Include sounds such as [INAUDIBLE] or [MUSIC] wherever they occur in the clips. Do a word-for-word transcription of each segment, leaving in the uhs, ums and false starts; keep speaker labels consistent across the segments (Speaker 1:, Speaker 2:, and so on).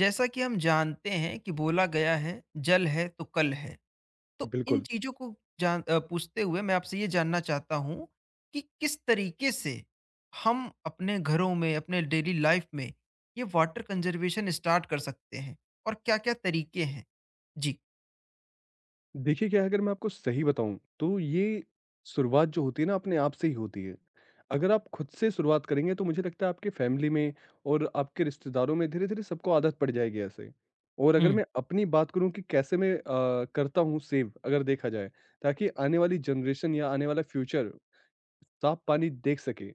Speaker 1: जैसा कि हम जानते हैं कि बोला गया है जल है तो कल है। तो इन
Speaker 2: बिल्कुल।
Speaker 1: चीजों को जान अ, पूछते हुए मैं आपसे ये जानना चाहता हूँ कि किस तरीके से हम अपने घरों में अपने डेली लाइफ में ये वाटर कंजर्वेशन स्टार्ट कर सकते हैं और क्या-क्या तरीके हैं। जी।
Speaker 2: देखिए क्या है अगर मैं आपको सही बताऊँ तो ये शुरुआत जो होती है ना अपने आप से ही होती है। अगर आप खुद से शुरुआत करेंगे तो मुझे लगता है आपके फैमिली में और आपके रिश्तेदारों में धीरे-धीरे सबको आदत पड़ जाएगी ऐसे। और अगर
Speaker 1: हम्म।
Speaker 2: मैं अपनी बात करूँ कि कैसे मैं अ, करता हूँ सेव अगर देखा जाए, ताकि आने वाली जनरेशन या आने वाला फ्यूचर साफ पानी देख सके।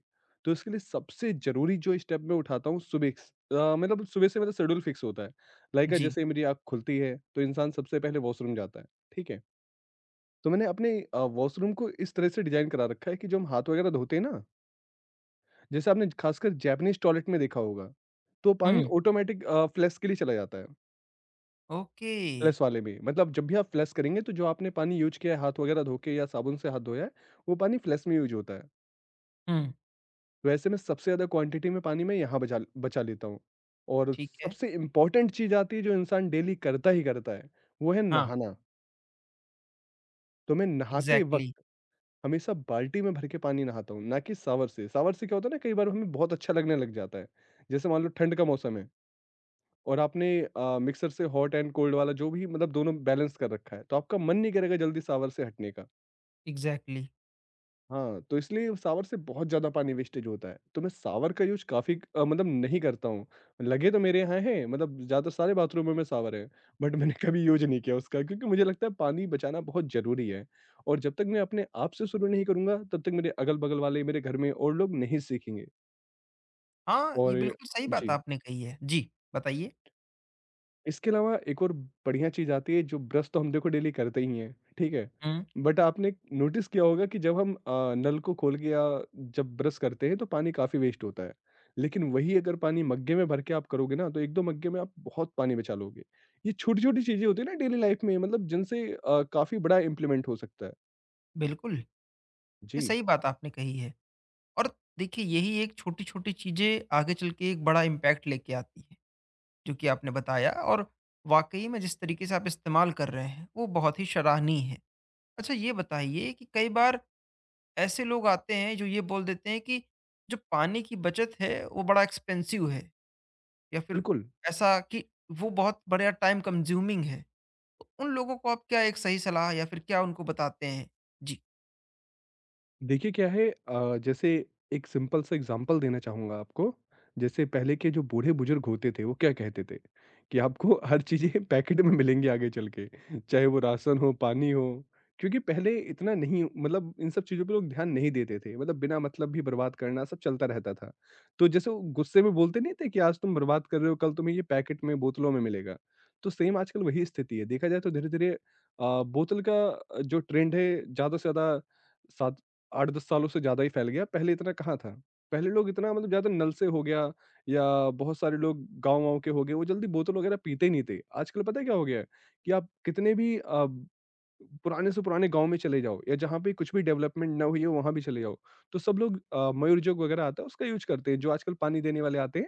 Speaker 2: तो इसके लिए सबसे जरूरी जो स्टेप मैं उठाता हूँ सुबह स- अ, मतलब सुबह से मेरा शेड्यूल फिक्स होता है। लाइक
Speaker 1: जी।
Speaker 2: जैसे ही मेरी आँख खुलती है तो इंसान सबसे पहले वॉशरूम जाता है, ठीक है? तो मैंने अपने वॉशरूम को इस तरह से डिजाइन करा रखा है कि जो हम हाथ वगैरह धोते हैं ना, जैसे आपने खासकर जापानीज टॉयलेट में देखा होगा, तो पानी
Speaker 1: हम्म।
Speaker 2: ऑटोमेटिक फ्लैश के लिए चला जाता है।
Speaker 1: ओके।
Speaker 2: फ्लैश वाले में मतलब जब भी आप फ्लैश करेंगे तो जो आपने पानी यूज किया है हाथ वगैरह धो के या साबुन से हाथ धोया है, वो पानी फ्लैश में यूज होता है।
Speaker 1: हम्म।
Speaker 2: वैसे मैं सबसे ज़्यादा क्वांटिटी में पानी मैं यहाँ बचा बचा लेता हूँ। और
Speaker 1: ठीक है।
Speaker 2: सबसे इम्पोर्टेंट चीज़ आती है जो इंसान डेली करता ही करता है, वो है
Speaker 1: हाँ।
Speaker 2: नहाना। तो मैं नहाते वक़्त
Speaker 1: एग्जैक्टली।
Speaker 2: हमेशा बाल्टी में भर के पानी नहाता हूँ, ना कि शावर से। शावर से क्या होता है ना कई बार हमें बहुत अच्छा लगने लग जाता है। जैसे मान लो ठंड का मौसम है और आपने अ, मिक्सर से हॉट एंड कोल्ड वाला जो भी मतलब दोनों बैलेंस कर रखा है, तो आपका मन नहीं करेगा जल्दी शावर से हटने का।
Speaker 1: एग्जैक्टली।
Speaker 2: हाँ, तो इसलिए शावर से बहुत ज़्यादा पानी वेस्टेज होता है, तो मैं शावर का यूज़ काफ़ी अ, मतलब नहीं करता हूँ। लगे तो मेरे यहाँ हैं, मतलब ज़्यादातर सारे बाथरूमों में शावर है, बट मैंने कभी यूज़ नहीं किया उसका, क्योंकि मुझे लगता है पानी बचाना बहुत ज़रूरी है। और जब तक मैं अपने आप से शुरू नहीं करूँगा, तब तक मेरे अगल-बगल वाले, मेरे घर में और लोग नहीं सीखेंगे।
Speaker 1: हाँ,
Speaker 2: और।
Speaker 1: ये बिल्कुल सही बात
Speaker 2: जी।
Speaker 1: आपने कही है जी। बताइए।
Speaker 2: इसके अलावा एक और बढ़िया चीज़ आती है जो ब्रश तो हम देखो डेली करते ही हैं, ठीक है?
Speaker 1: हम्म।
Speaker 2: बट आपने नोटिस किया होगा कि जब हम अ, नल को खोल के या जब ब्रश करते हैं तो पानी काफ़ी वेस्ट होता है। लेकिन वही अगर पानी मग्गे में भर के आप करोगे ना तो एक दो मग्गे में आप बहुत पानी बचा लोगे। ये छोटी-छोटी चीज़ें होती है ना डेली लाइफ में मतलब जिनसे अ, काफ़ी बड़ा इम्प्लीमेंट हो सकता है।
Speaker 1: बिल्कुल। ये
Speaker 2: जी,
Speaker 1: सही बात आपने कही है। और देखिए, यही एक छोटी-छोटी चीज़ें आगे चल के एक बड़ा इम्पैक्ट लेके आती हैं, जो कि आपने बताया। और वाक़ई में जिस तरीके से आप इस्तेमाल कर रहे हैं, वो बहुत ही सराहनीय है। अच्छा, ये बताइए कि कई बार ऐसे लोग आते हैं जो ये बोल देते हैं कि जो पानी की बचत है, वो बड़ा एक्सपेंसिव है, या फिर
Speaker 2: बिल्कुल।
Speaker 1: ऐसा कि वो बहुत बड़ा टाइम कंज्यूमिंग है। तो उन लोगों को आप क्या एक सही सलाह या फिर क्या उनको बताते हैं? जी।
Speaker 2: देखिए क्या है, अ, जैसे एक सिंपल सा एग्जांपल देना चाहूँगा आपको। जैसे पहले के जो बूढ़े-बुज़ुर्ग होते थे, वो क्या कहते थे कि आपको हर चीज़ें [LAUGHS] पैकेट में मिलेंगी आगे चल के, चाहे वो राशन हो, पानी हो। क्योंकि पहले इतना नहीं मतलब इन सब चीज़ों पे लोग ध्यान नहीं देते थे, मतलब बिना मतलब भी बर्बाद करना सब चलता रहता था। तो जैसे वो गुस्से में बोलते नहीं थे कि आज तुम बर्बाद कर रहे हो, कल तुम्हें ये पैकेट में, बोतलों में मिलेगा। तो सेम आजकल वही स्थिति है। देखा जाए तो धीरे-धीरे अ, बोतल का अ, जो ट्रेंड है ज़्यादा से ज़्यादा सात आठ दस सालों से ज़्यादा ही फैल गया, पहले इतना कहाँ था। पहले लोग इतना मतलब ज़्यादा नल से हो गया या बहुत सारे लोग गाँव-वाँव के हो गए, वो जल्दी बोतल वगैरह पीते ही नहीं थे। आजकल पता है क्या हो गया है कि आप कितने भी अ, पुराने से पुराने गाँव में चले जाओ या जहाँ पे कुछ भी डेवलपमेंट ना हुई हो, वहाँ भी चले जाओ, तो सब लोग अ, मयूर जग वगैरह आता है, उसका यूज़ करते हैं। जो आजकल पानी देने वाले आते हैं,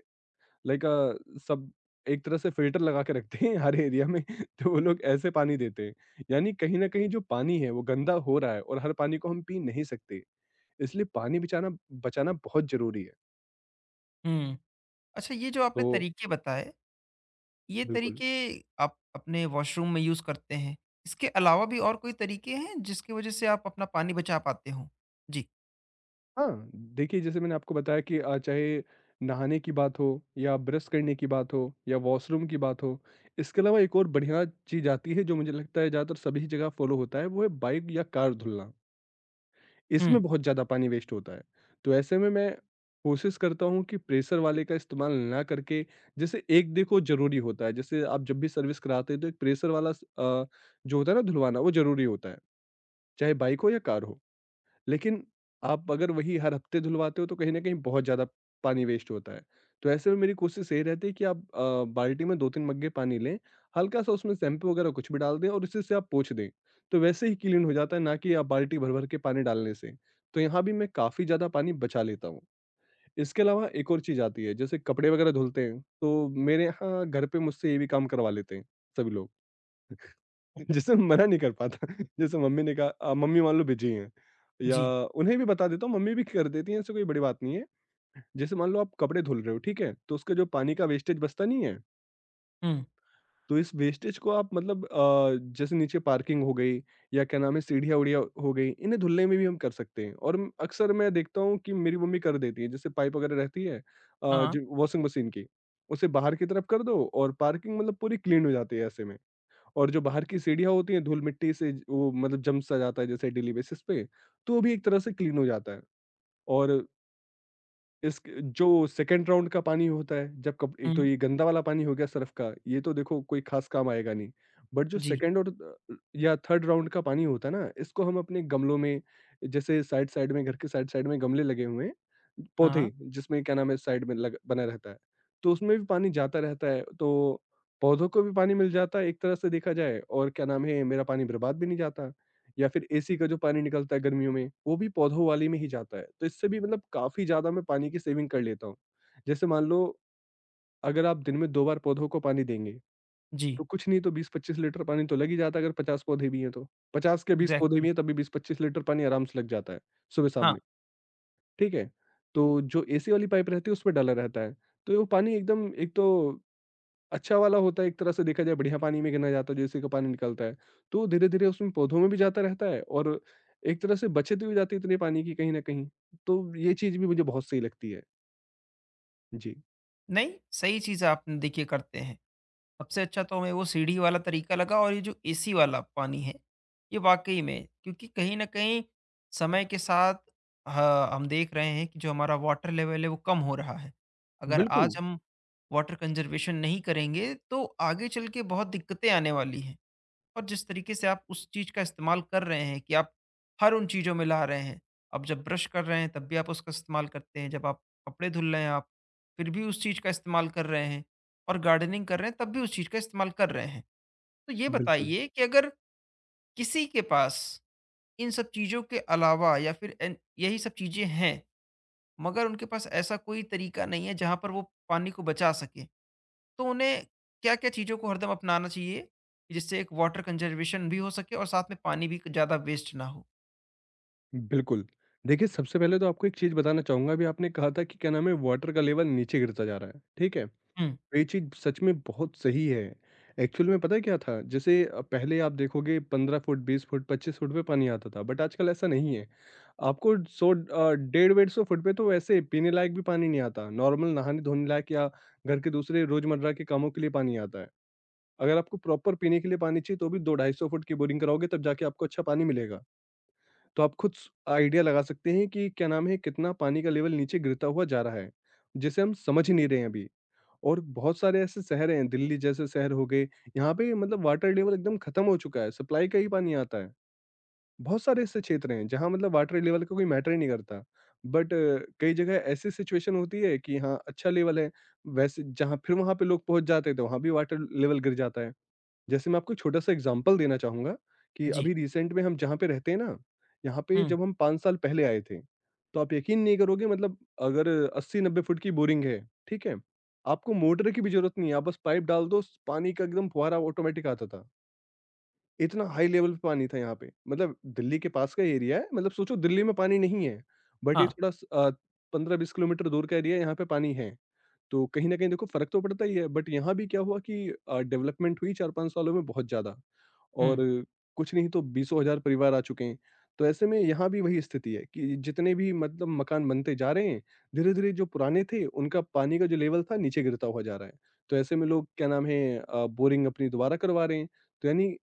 Speaker 2: लाइक अ, सब एक तरह से फ़िल्टर लगा के रखते हैं [LAUGHS] हर एरिया में, [LAUGHS] तो वो लोग ऐसे पानी देते हैं। यानी कहीं न कहीं जो पानी है, वो गंदा हो रहा है और हर पानी को हम पी नहीं सकते। इसलिए पानी बचाना बचाना बहुत ज़रूरी है।
Speaker 1: हुँ। अच्छा, ये जो आपने
Speaker 2: तो
Speaker 1: तरीके बताए, ये
Speaker 2: बिल्कुल,
Speaker 1: तरीके आप अपने वॉशरूम में यूज़ करते हैं। इसके अलावा भी और कोई तरीके हैं जिसकी वज़ह से आप अपना पानी बचा पाते हो? जी।
Speaker 2: हाँ, देखिए जैसे मैंने आपको बताया कि अ, चाहे नहाने की बात हो या ब्रश करने की बात हो या वॉशरूम की बात हो, इसके अलावा एक और बढ़िया चीज़ आती है जो मुझे लगता है ज़्यादातर सभी जगह फ़ॉलो होता है, वो है बाइक या कार धुलना।
Speaker 1: हुँ।
Speaker 2: इसमें बहुत ज़्यादा पानी वेस्ट होता है। तो ऐसे में मैं कोशिश करता हूँ कि प्रेशर वाले का इस्तेमाल ना करके, जैसे एक देखो ज़रूरी होता है, जैसे आप जब भी सर्विस कराते हैं तो एक प्रेशर वाला स अ, जो होता है ना धुलवाना वो ज़रूरी होता है। चाहे बाइक हो या कार हो। लेकिन आप अगर वही हर हफ्ते धुलवाते हो तो कहीं न कहीं बहुत ज़्यादा पानी वेस्ट होता है। तो ऐसे में मेरी कोशिश यही रहती है कि आप अ, बाल्टी में दो तीन मग्गे पानी लें, हल्का-सा उसमें शैम्पू वगैरह कुछ भी डाल दें और उसी से आप पोंछ दें। तो वैसे ही क्लीन हो जाता है ना कि आप बाल्टी भर-भर के पानी डालने से। तो यहाँ भी मैं काफ़ी ज़्यादा पानी बचा लेता हूँ। इसके अलावा एक और चीज़ आती है जैसे कपड़े वगैरह धुलते हैं, तो मेरे यहाँ घर पे मुझसे ये भी काम करवा लेते हैं सभी लोग। जैसे मना नहीं कर पाता [LAUGHS] जैसे मम्मी ने कहा अ, मम्मी मान लो बिजी हैं या
Speaker 1: जी।
Speaker 2: उन्हें भी बता देता हूँ, मम्मी भी कर देती हैं, ऐसे कोई बड़ी बात नहीं है। जैसे मान लो आप कपड़े धुल रहे हो, ठीक है? तो उसका जो पानी का वेस्टेज बचता नहीं है,
Speaker 1: हुँ।
Speaker 2: तो इस वेस्टेज को आप मतलब अ, जैसे नीचे पार्किंग हो गई, या क्या नाम है, सीढ़ियाँ उड़िया हो गई, इन्हें धुलने में भी हम कर सकते हैं। और म- अक्सर मैं देखता हूँ कि मेरी मम्मी कर देती है, जैसे पाइप वगैरह रहती है अ,
Speaker 1: हाँ।
Speaker 2: जो वॉशिंग मशीन की, उसे बाहर की तरफ कर दो और पार्किंग मतलब पूरी क्लीन हो जाती है ऐसे में। और जो बाहर की सीढ़ियाँ होती हैं, धूल-मिट्टी से ज- वो मतलब जम सा जाता है जैसे डेली बेसिस पे, तो वो भी एक तरह से क्लीन हो जाता है। और इसक जो सेकंड राउंड का पानी होता है, जब कप एक
Speaker 1: हुँ।
Speaker 2: तो ये गंदा वाला पानी हो गया सर्फ़ का, ये तो देखो कोई ख़ास काम आएगा नहीं। बट जो
Speaker 1: जी।
Speaker 2: सेकंड और अ, या थर्ड राउंड का पानी होता है ना, इसको हम अपने गमलों में, जैसे साइड-साइड में, घर के साइड-साइड में गमले लगे हुए हैं,
Speaker 1: हाँ।
Speaker 2: पौधे जिसमें क्या नाम है साइड में लग बना रहता है, तो उसमें भी पानी जाता रहता है, तो पौधों को भी पानी मिल जाता है एक तरह से देखा जाए, और क्या नाम है, मेरा पानी बर्बाद भी नहीं जाता। या फिर एसी का जो पानी निकलता है गर्मियों में, वो भी पौधों वाले में ही जाता है। तो इससे भी मतलब काफ़ी ज़्यादा मैं पानी की सेविंग कर लेता हूँ। जैसे मान लो अगर आप दिन में दो बार पौधों को पानी देंगे,
Speaker 1: जी।
Speaker 2: तो कुछ नहीं तो बीस पच्चीस लीटर पानी तो लग ही जाता है, अगर पचास पौधे भी हैं तो। पचास के बीस पौधे भी
Speaker 1: एग्ज़ैक्टली।
Speaker 2: हैं तब भी बीस पच्चीस लीटर पानी आराम से लग जाता है, सुबह-शाम
Speaker 1: हाँ।
Speaker 2: में, ठीक है? तो जो एसी वाली पाइप रहती है उसमें डाला रहता है। तो वो पानी एकदम, एक तो अच्छा वाला होता है एक तरह से देखा जाए, बढ़िया पानी में गिना जाता है, जैसे का पानी निकलता है तो धीरे धीरे उसमें पौधों में भी जाता रहता है, और एक तरह से बचत भी हो जाती है इतने पानी की कहीं ना कहीं। तो ये चीज भी मुझे बहुत सही लगती है। जी।
Speaker 1: नहीं, सही चीज़ आपने देखिए करते हैं। सबसे अच्छा तो हमें वो सीढ़ी वाला तरीका लगा, और ये जो एसी वाला पानी है, ये वाक़ई में क्योंकि कहीं न कहीं समय के साथ ह हम देख रहे हैं कि जो हमारा वाटर लेवल है वो कम हो रहा है। अगर हुँ।
Speaker 2: बिल्कुल।
Speaker 1: आज हम वाटर कंज़र्वेशन नहीं करेंगे तो आगे चल के बहुत दिक्कतें आने वाली हैं। और जिस तरीके से आप उस चीज़ का इस्तेमाल कर रहे हैं कि आप हर उन चीज़ों में ला रहे हैं। आप जब ब्रश कर रहे हैं तब भी आप उसका इस्तेमाल करते हैं, जब आप कपड़े धुल रहे हैं आप, फिर भी उस चीज़ का इस्तेमाल कर रहे हैं, और गार्डनिंग कर रहे हैं तब भी उस चीज़ का इस्तेमाल कर रहे हैं। तो ये
Speaker 2: बिल्कुल।
Speaker 1: बताइए कि अगर किसी के पास इन सब चीज़ों के अलावा या फिर एन यही सब चीज़ें हैं, मगर उनके पास ऐसा कोई तरीका नहीं है जहाँ पर वो पानी को बचा सकें। तो उन्हें क्या-क्या चीज़ों को हरदम अपनाना चाहिए, जिससे एक वाटर कंज़र्वेशन भी हो सके और साथ में पानी भी ज़्यादा वेस्ट ना हो?
Speaker 2: बिल्कुल। देखिए सबसे पहले तो आपको एक चीज़ बताना चाहूँगा, अभी आपने कहा था कि क्या नाम है वाटर का लेवल नीचे गिरता जा रहा है, ठीक है?
Speaker 1: हुँ।
Speaker 2: ये चीज़ सच में बहुत सही है। एक्चुअल में पता है क्या था? जैसे अ, पहले आप देखोगे पंद्रह फुट, बीस फुट, पच्चीस फुट पे पानी आता था, बट आजकल ऐसा नहीं है। आपको सौ अ, डेढ़ एक सौ पचास फुट पे तो वैसे पीने लायक भी पानी नहीं आता। नॉर्मल नहाने-धोने लायक या घर के दूसरे रोज़मर्रा के कामों के लिए पानी आता है। अगर आपको प्रॉपर पीने के लिए पानी चाहिए तो भी दो ढाई सौ फुट की बोरिंग कराओगे तब जाके आपको अच्छा पानी मिलेगा। तो आप खुद स आइडिया लगा सकते हैं कि क्या नाम है, कितना पानी का लेवल नीचे गिरता हुआ जा रहा है, जिसे हम समझ ही नहीं रहे हैं अभी। और बहुत सारे ऐसे शहर हैं, दिल्ली जैसे शहर हो गए, यहाँ पे मतलब वाटर लेवल एकदम खत्म हो चुका है, सप्लाई का ही पानी आता है। बहुत सारे ऐसे क्षेत्र हैं, जहाँ मतलब वाटर लेवल का कोई मैटर ही नहीं करता। बट कई जगह ऐसी सिचुएशन होती है कि हाँ, अच्छा लेवल है, वैसे जहाँ फिर वहाँ पे लोग पहुँच जाते हैं, तो वहाँ भी वाटर लेवल गिर जाता है। जैसे मैं आपको एक छोटा-सा एग्ज़ाम्पल देना चाहूँगा कि
Speaker 1: जी।
Speaker 2: अभी रिसेंट में हम जहाँ पे रहते हैं ना, यहाँ पे
Speaker 1: हुँ।
Speaker 2: जब हम पाँच साल पहले आए थे, तो आप यकीन नहीं करोगे मतलब अगर अस्सी नब्बे फुट की बोरिंग है, ठीक है? आपको मोटर की भी ज़रूरत नहीं है, आप बस पाइप डाल दो, पानी का एकदम फुहारा ऑटोमेटिक आता था। इतना हाई लेवल पे पानी था यहाँ पे, मतलब दिल्ली के पास का एरिया है, मतलब सोचो दिल्ली में पानी नहीं है, बट ये
Speaker 1: हाँ।
Speaker 2: थोड़ा स अ, पंद्रह बीस किलोमीटर दूर का एरिया है, यहाँ पे पानी है। तो कहीं न कहीं देखो फ़र्क तो पड़ता ही है, बट यहाँ भी क्या हुआ कि अ, डेवलपमेंट हुई चार पाँच सालों में बहुत ज़्यादा और
Speaker 1: हुँ।
Speaker 2: कुछ नहीं तो बीसों हज़ार परिवार आ चुके हैं। तो ऐसे में यहाँ भी वही स्थिति है कि जितने भी मतलब मकान बनते जा रहे हैं, धीरे-धीरे जो पुराने थे, उनका पानी का जो लेवल था, नीचे गिरता हुआ जा रहा है। तो ऐसे में लोग क्या नाम है अ, बोरिंग अपनी दोबारा करवा रहे हैं। तो यानी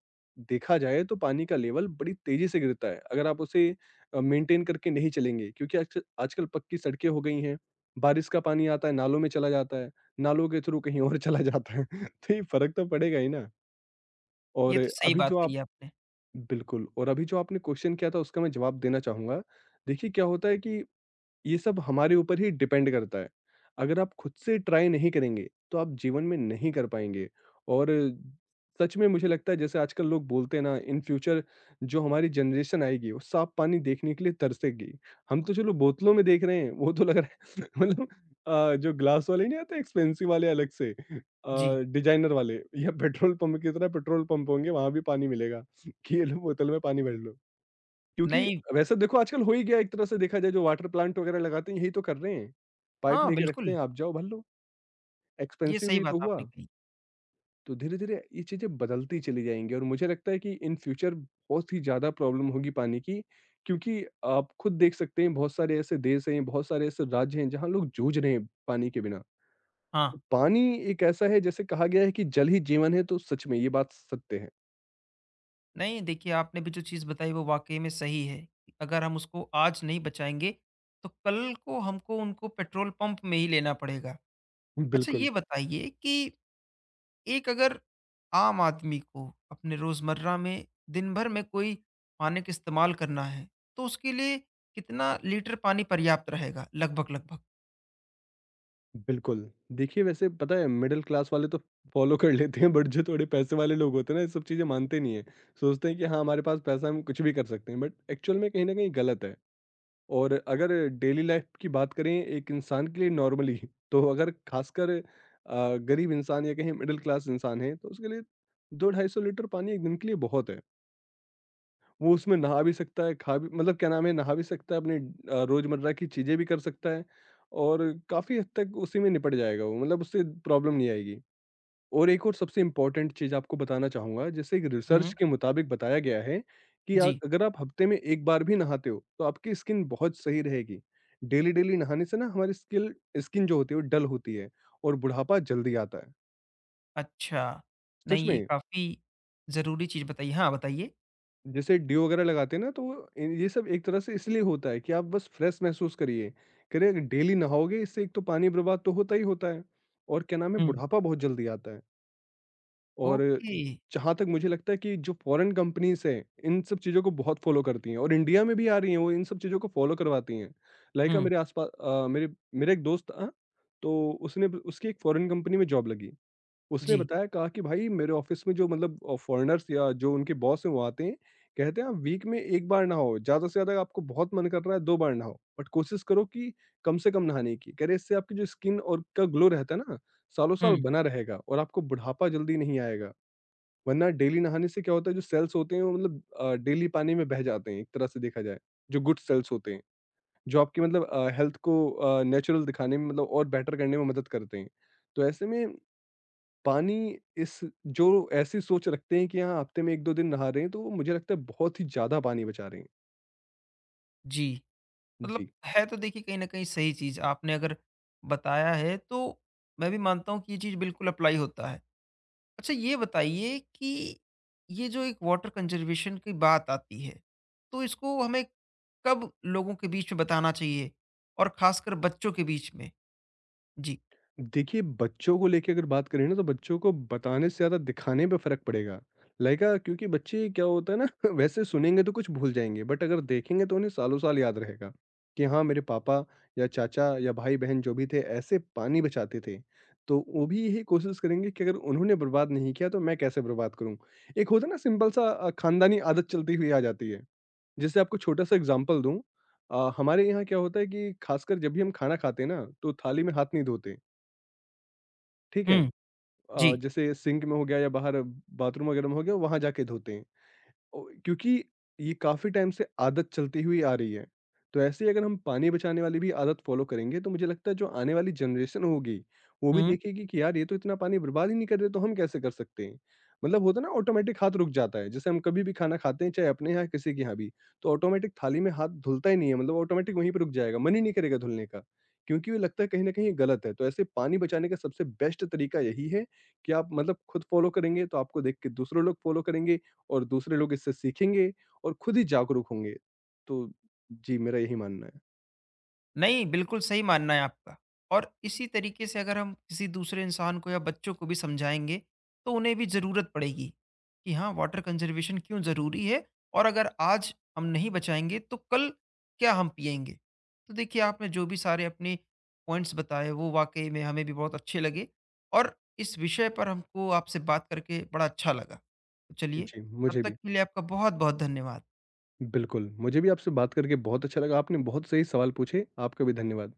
Speaker 2: देखा जाए तो पानी का लेवल बड़ी तेज़ी से गिरता है, अगर आप उसे अ, मेंटेन करके नहीं चलेंगे क्योंकि आजकल आजकल पक्की सड़कें हो गई हैं। बारिश का पानी आता है, नालों में चला जाता है, नालों के थ्रू कहीं और चला जाता है, [LAUGHS] तो ये फ़र्क तो पड़ेगा ही ना।
Speaker 1: ये
Speaker 2: और
Speaker 1: तो सही
Speaker 2: अभी
Speaker 1: बात
Speaker 2: जो
Speaker 1: कही
Speaker 2: आप
Speaker 1: आपने।
Speaker 2: बिल्कुल। और अभी जो आपने क्वेश्चन किया था उसका मैं जवाब देना चाहूँगा। देखिए क्या होता है कि ये सब हमारे ऊपर ही डिपेंड करता है। अगर आप खुद से ट्राई नहीं करेंगे, तो आप जीवन में नहीं कर पाएँगे और सच में मुझे लगता है जैसे आजकल लोग बोलते हैं ना इन फ्यूचर जो हमारी जनरेशन आएगी, वो साफ-पानी देखने के लिए तरसेगी। हम तो चलो बोतलों में देख रहे हैं, वो तो लग रहा है [LAUGHS] मतलब अ, जो ग्लास वाले नहीं आते एक्सपेंसिव वाले अलग से
Speaker 1: जी।
Speaker 2: अ, डिजाइनर वाले या पेट्रोल पंप की तरह पेट्रोल पंप होंगे, वहाँ भी पानी मिलेगा [LAUGHS] कि ये लो बोतल में पानी भर लो। क्योंकि
Speaker 1: नहीं।
Speaker 2: वैसे देखो आजकल हो ही गया एक तरह से देखा जाए जो वाटर प्लांट वगैरह लगाते हैं यही तो कर रहे हैं। पाइप
Speaker 1: हाँ,
Speaker 2: लेके रखते
Speaker 1: बिल्कुल।
Speaker 2: हैं, आप जाओ भर लो।
Speaker 1: ये
Speaker 2: एक्सपेंसिव
Speaker 1: सही
Speaker 2: ही तो
Speaker 1: बात आपने
Speaker 2: हुआ।
Speaker 1: कही।
Speaker 2: तो धीरे-धीरे ये चीज़ें बदलती चली जाएँगी और मुझे लगता है कि इन फ्यूचर बहुत ही ज़्यादा प्रॉब्लम होगी पानी की क्योंकि आप खुद देख सकते हैं बहुत सारे ऐसे देश हैं, बहुत सारे ऐसे राज्य हैं जहाँ लोग जूझ रहे हैं पानी के बिना।
Speaker 1: हाँ।
Speaker 2: पानी एक ऐसा है जैसे कहा गया है कि जल ही जीवन है तो सच में ये बात सत्य है।
Speaker 1: नहीं, देखिए आपने भी जो चीज़ बताई वो वाक़ई में सही है। अगर हम उसको आज नहीं बचाएँगे, तो कल को हमको उनको पेट्रोल पंप में ही लेना पड़ेगा। अच्छा,
Speaker 2: बिल्कुल।
Speaker 1: ये बताइए कि एक अगर आम आदमी को अपने रोजमर्रा में दिन भर में कोई पानी का इस्तेमाल करना है तो उसके लिए कितना लीटर पानी पर्याप्त रहेगा लगभग लगभग।
Speaker 2: बिल्कुल। देखिए वैसे पता है मिडल क्लास वाले तो फ़ॉलो कर लेते हैं बट जो थोड़े पैसे वाले लोग होते हैं ना ये सब चीज़ें मानते नहीं हैं। सोचते हैं कि हाँ, हमारे पास पैसा है हम कुछ भी कर सकते हैं बट एक्चुअल में कहीं न कहीं गलत है। और अगर डेली लाइफ़ की बात करें एक इंसान के लिए नॉर्मली [LAUGHS] तो अगर ख़ासकर अ, गरीब इंसान या कहीं मिडल क्लास इंसान है तो उसके लिए दो ढाई सौ लीटर पानी एक दिन के लिए बहुत है। वो उसमें नहा भी सकता है, खा भी मतलब क्या नाम है, नहा भी सकता है, अपनी अ, रोज़मर्रा की चीज़ें भी कर सकता है और काफ़ी हद तक उसी में निपट जाएगा वो, मतलब उससे प्रॉब्लम नहीं आएगी। और एक और सबसे इम्पोर्टेंट चीज़ आपको बताना चाहूँगा, जैसे एक रिसर्च
Speaker 1: हम्म।
Speaker 2: के मुताबिक बताया गया है कि अ,
Speaker 1: जी।
Speaker 2: अगर आप हफ्ते में एक बार भी नहाते हो, तो आपकी स्किन बहुत सही रहेगी। डेली-डेली नहाने से ना हमारी स्किल स्किन जो होती है, वो डल होती है और बुढ़ापा जल्दी आता है।
Speaker 1: अच्छा।
Speaker 2: सच
Speaker 1: नहीं ये
Speaker 2: में।
Speaker 1: काफी जरूरी चीज बताइए। हाँ बताइए।
Speaker 2: जैसे डीओ वगैरह लगाते हैं ना, तो वो इन ये सब एक तरह से इसलिए होता है कि आप बस फ्रेश महसूस करिए। कह रहे हैं डेली नहाओगे इससे एक तो पानी बर्बाद तो होता ही होता है और क्या नाम है
Speaker 1: हम्म।
Speaker 2: बुढ़ापा बहुत जल्दी आता है। और
Speaker 1: ओके।
Speaker 2: जहाँ तक मुझे लगता है कि जो फ़ॉरेन कंपनीज़ हैं, इन सब चीज़ों को बहुत फ़ॉलो करती हैं और इंडिया में भी आ रही हैं वो इन सब चीज़ों को फ़ॉलो करवाती हैं। Like uh,
Speaker 1: hmm.
Speaker 2: मेरे आस-पास अ, मेरे मेरा एक दोस्त था, तो उसने उसकी एक फ़ॉरेन कंपनी में जॉब लगी। उसने
Speaker 1: जी।
Speaker 2: बताया कहा कि भाई मेरे ऑफिस में जो मतलब अ, फ़ॉरेनर्स या जो उनके बॉस हैं वो आते हैं, कहते हैं आप वीक में एक बार नहाओ, ज़्यादा से ज़्यादा आपको बहुत मन कर रहा है दो बार नहाओ, बट कोशिश करो कि कम से कम नहाने की। कह रहे इससे आपकी जो स्किन और का ग्लो रहता है ना, सालों-साल
Speaker 1: हम्म।
Speaker 2: बना रहेगा और आपको बुढ़ापा जल्दी नहीं आएगा। वरना डेली नहाने से क्या होता है जो सेल्स होते हैं वो मतलब अ, डेली पानी में बह जाते हैं एक तरह से देखा जाए, जो गुड सेल्स होते हैं, जो आपकी मतलब अ, हेल्थ को अ, नेचुरल दिखाने में मतलब और बेटर करने में मदद करते हैं। तो ऐसे में पानी इस जो ऐसी सोच रखते हैं कि हाँ हफ्ते में एक दो दिन नहा रहे हैं तो वो मुझे लगता है बहुत ही ज़्यादा पानी बचा रहे हैं।
Speaker 1: जी। मतलब
Speaker 2: जी।
Speaker 1: है तो देखिए कहीं ना कहीं सही चीज आपने अगर बताया है तो मैं भी मानता हूँ कि ये चीज बिल्कुल अप्लाई होता है। अच्छा, ये बताइए कि ये जो एक वाटर कंजर्वेशन की बात आती है, तो इसको हमें कब लोगों के बीच में बताना चाहिए और खासकर बच्चों के बीच में? जी।
Speaker 2: देखिए बच्चों को लेके अगर बात करें ना तो बच्चों को बताने से ज़्यादा दिखाने पे फ़र्क पड़ेगा। लाइक अ, क्योंकि बच्चे क्या होता है ना [LAUGHS] वैसे सुनेंगे तो कुछ भूल जाएँगे बट अगर देखेंगे तो उन्हें सालों-साल याद रहेगा कि हाँ मेरे पापा या चाचा या भाई-बहन जो भी थे ऐसे पानी बचाते थे। तो वो भी यही कोशिश करेंगे कि अगर उन्होंने बर्बाद नहीं किया तो मैं कैसे बर्बाद करूँ? एक होता है ना सिंपल सा अ, खानदानी आदत चलती हुई आ जाती है। जैसे आपको छोटा-सा एग्ज़ाम्पल दूँ अ, हमारे यहाँ क्या होता है कि खासकर जब भी हम खाना खाते हैं ना, तो थाली में हाथ नहीं धोते, ठीक है?
Speaker 1: हुँ।
Speaker 2: अ,
Speaker 1: जी।
Speaker 2: जैसे सिंक में हो गया या बाहर बाथरूम वगैरह में हो गया, वहाँ जाके धोते हैं। ओ, क्योंकि ये काफ़ी टाइम से आदत चलती हुई आ रही है। तो ऐसे ही अगर हम पानी बचाने वाली भी आदत फ़ॉलो करेंगे तो मुझे लगता है जो आने वाली जनरेशन होगी, वो भी देखेगी कि यार ये तो इतना पानी बर्बाद ही नहीं कर रहे तो हम कैसे कर सकते हैं? मतलब होता है ना ऑटोमेटिक हाथ रुक जाता है। जैसे हम कभी भी खाना खाते हैं चाहे अपने यहाँ किसी के यहाँ भी, तो ऑटोमेटिक थाली में हाथ धुलता ही नहीं है मतलब ऑटोमेटिक वहीं पे रुक जाएगा, मन ही नहीं करेगा धुलने का। क्योंकि वो लगता है कहीं न कहीं ये गलत है। तो ऐसे पानी बचाने का सबसे बेस्ट तरीका यही है कि आप मतलब खुद फ़ॉलो करेंगे तो आपको देख के दूसरे लोग फ़ॉलो करेंगे और दूसरे लोग इससे सीखेंगे और खुद ही जागरूक होंगे। तो जी, मेरा यही मानना है।
Speaker 1: नहीं, बिल्कुल सही मानना है आपका। और इसी तरीके से अगर हम किसी दूसरे इंसान को या बच्चों को भी समझाएँगे, तो उन्हें भी ज़रूरत पड़ेगी कि हाँ, वाटर कंज़र्वेशन क्यों ज़रूरी है, और अगर आज हम नहीं बचाएँगे, तो कल क्या हम पिएँगे? तो देखिए, आपने जो भी सारे अपने पॉइंट्स बताए, वो वाक़ई में हमें भी बहुत अच्छे लगे, और इस विषय पर हमको आपसे बात करके बड़ा अच्छा लगा। तो चलिए,
Speaker 2: जी,
Speaker 1: तब
Speaker 2: मुझे
Speaker 1: तक
Speaker 2: भी।
Speaker 1: के लिए आपका बहुत-बहुत धन्यवाद।
Speaker 2: बिल्कुल, मुझे भी आपसे बात करके बहुत अच्छा लगा। आपने बहुत सही सवाल पूछे। आपका भी धन्यवाद।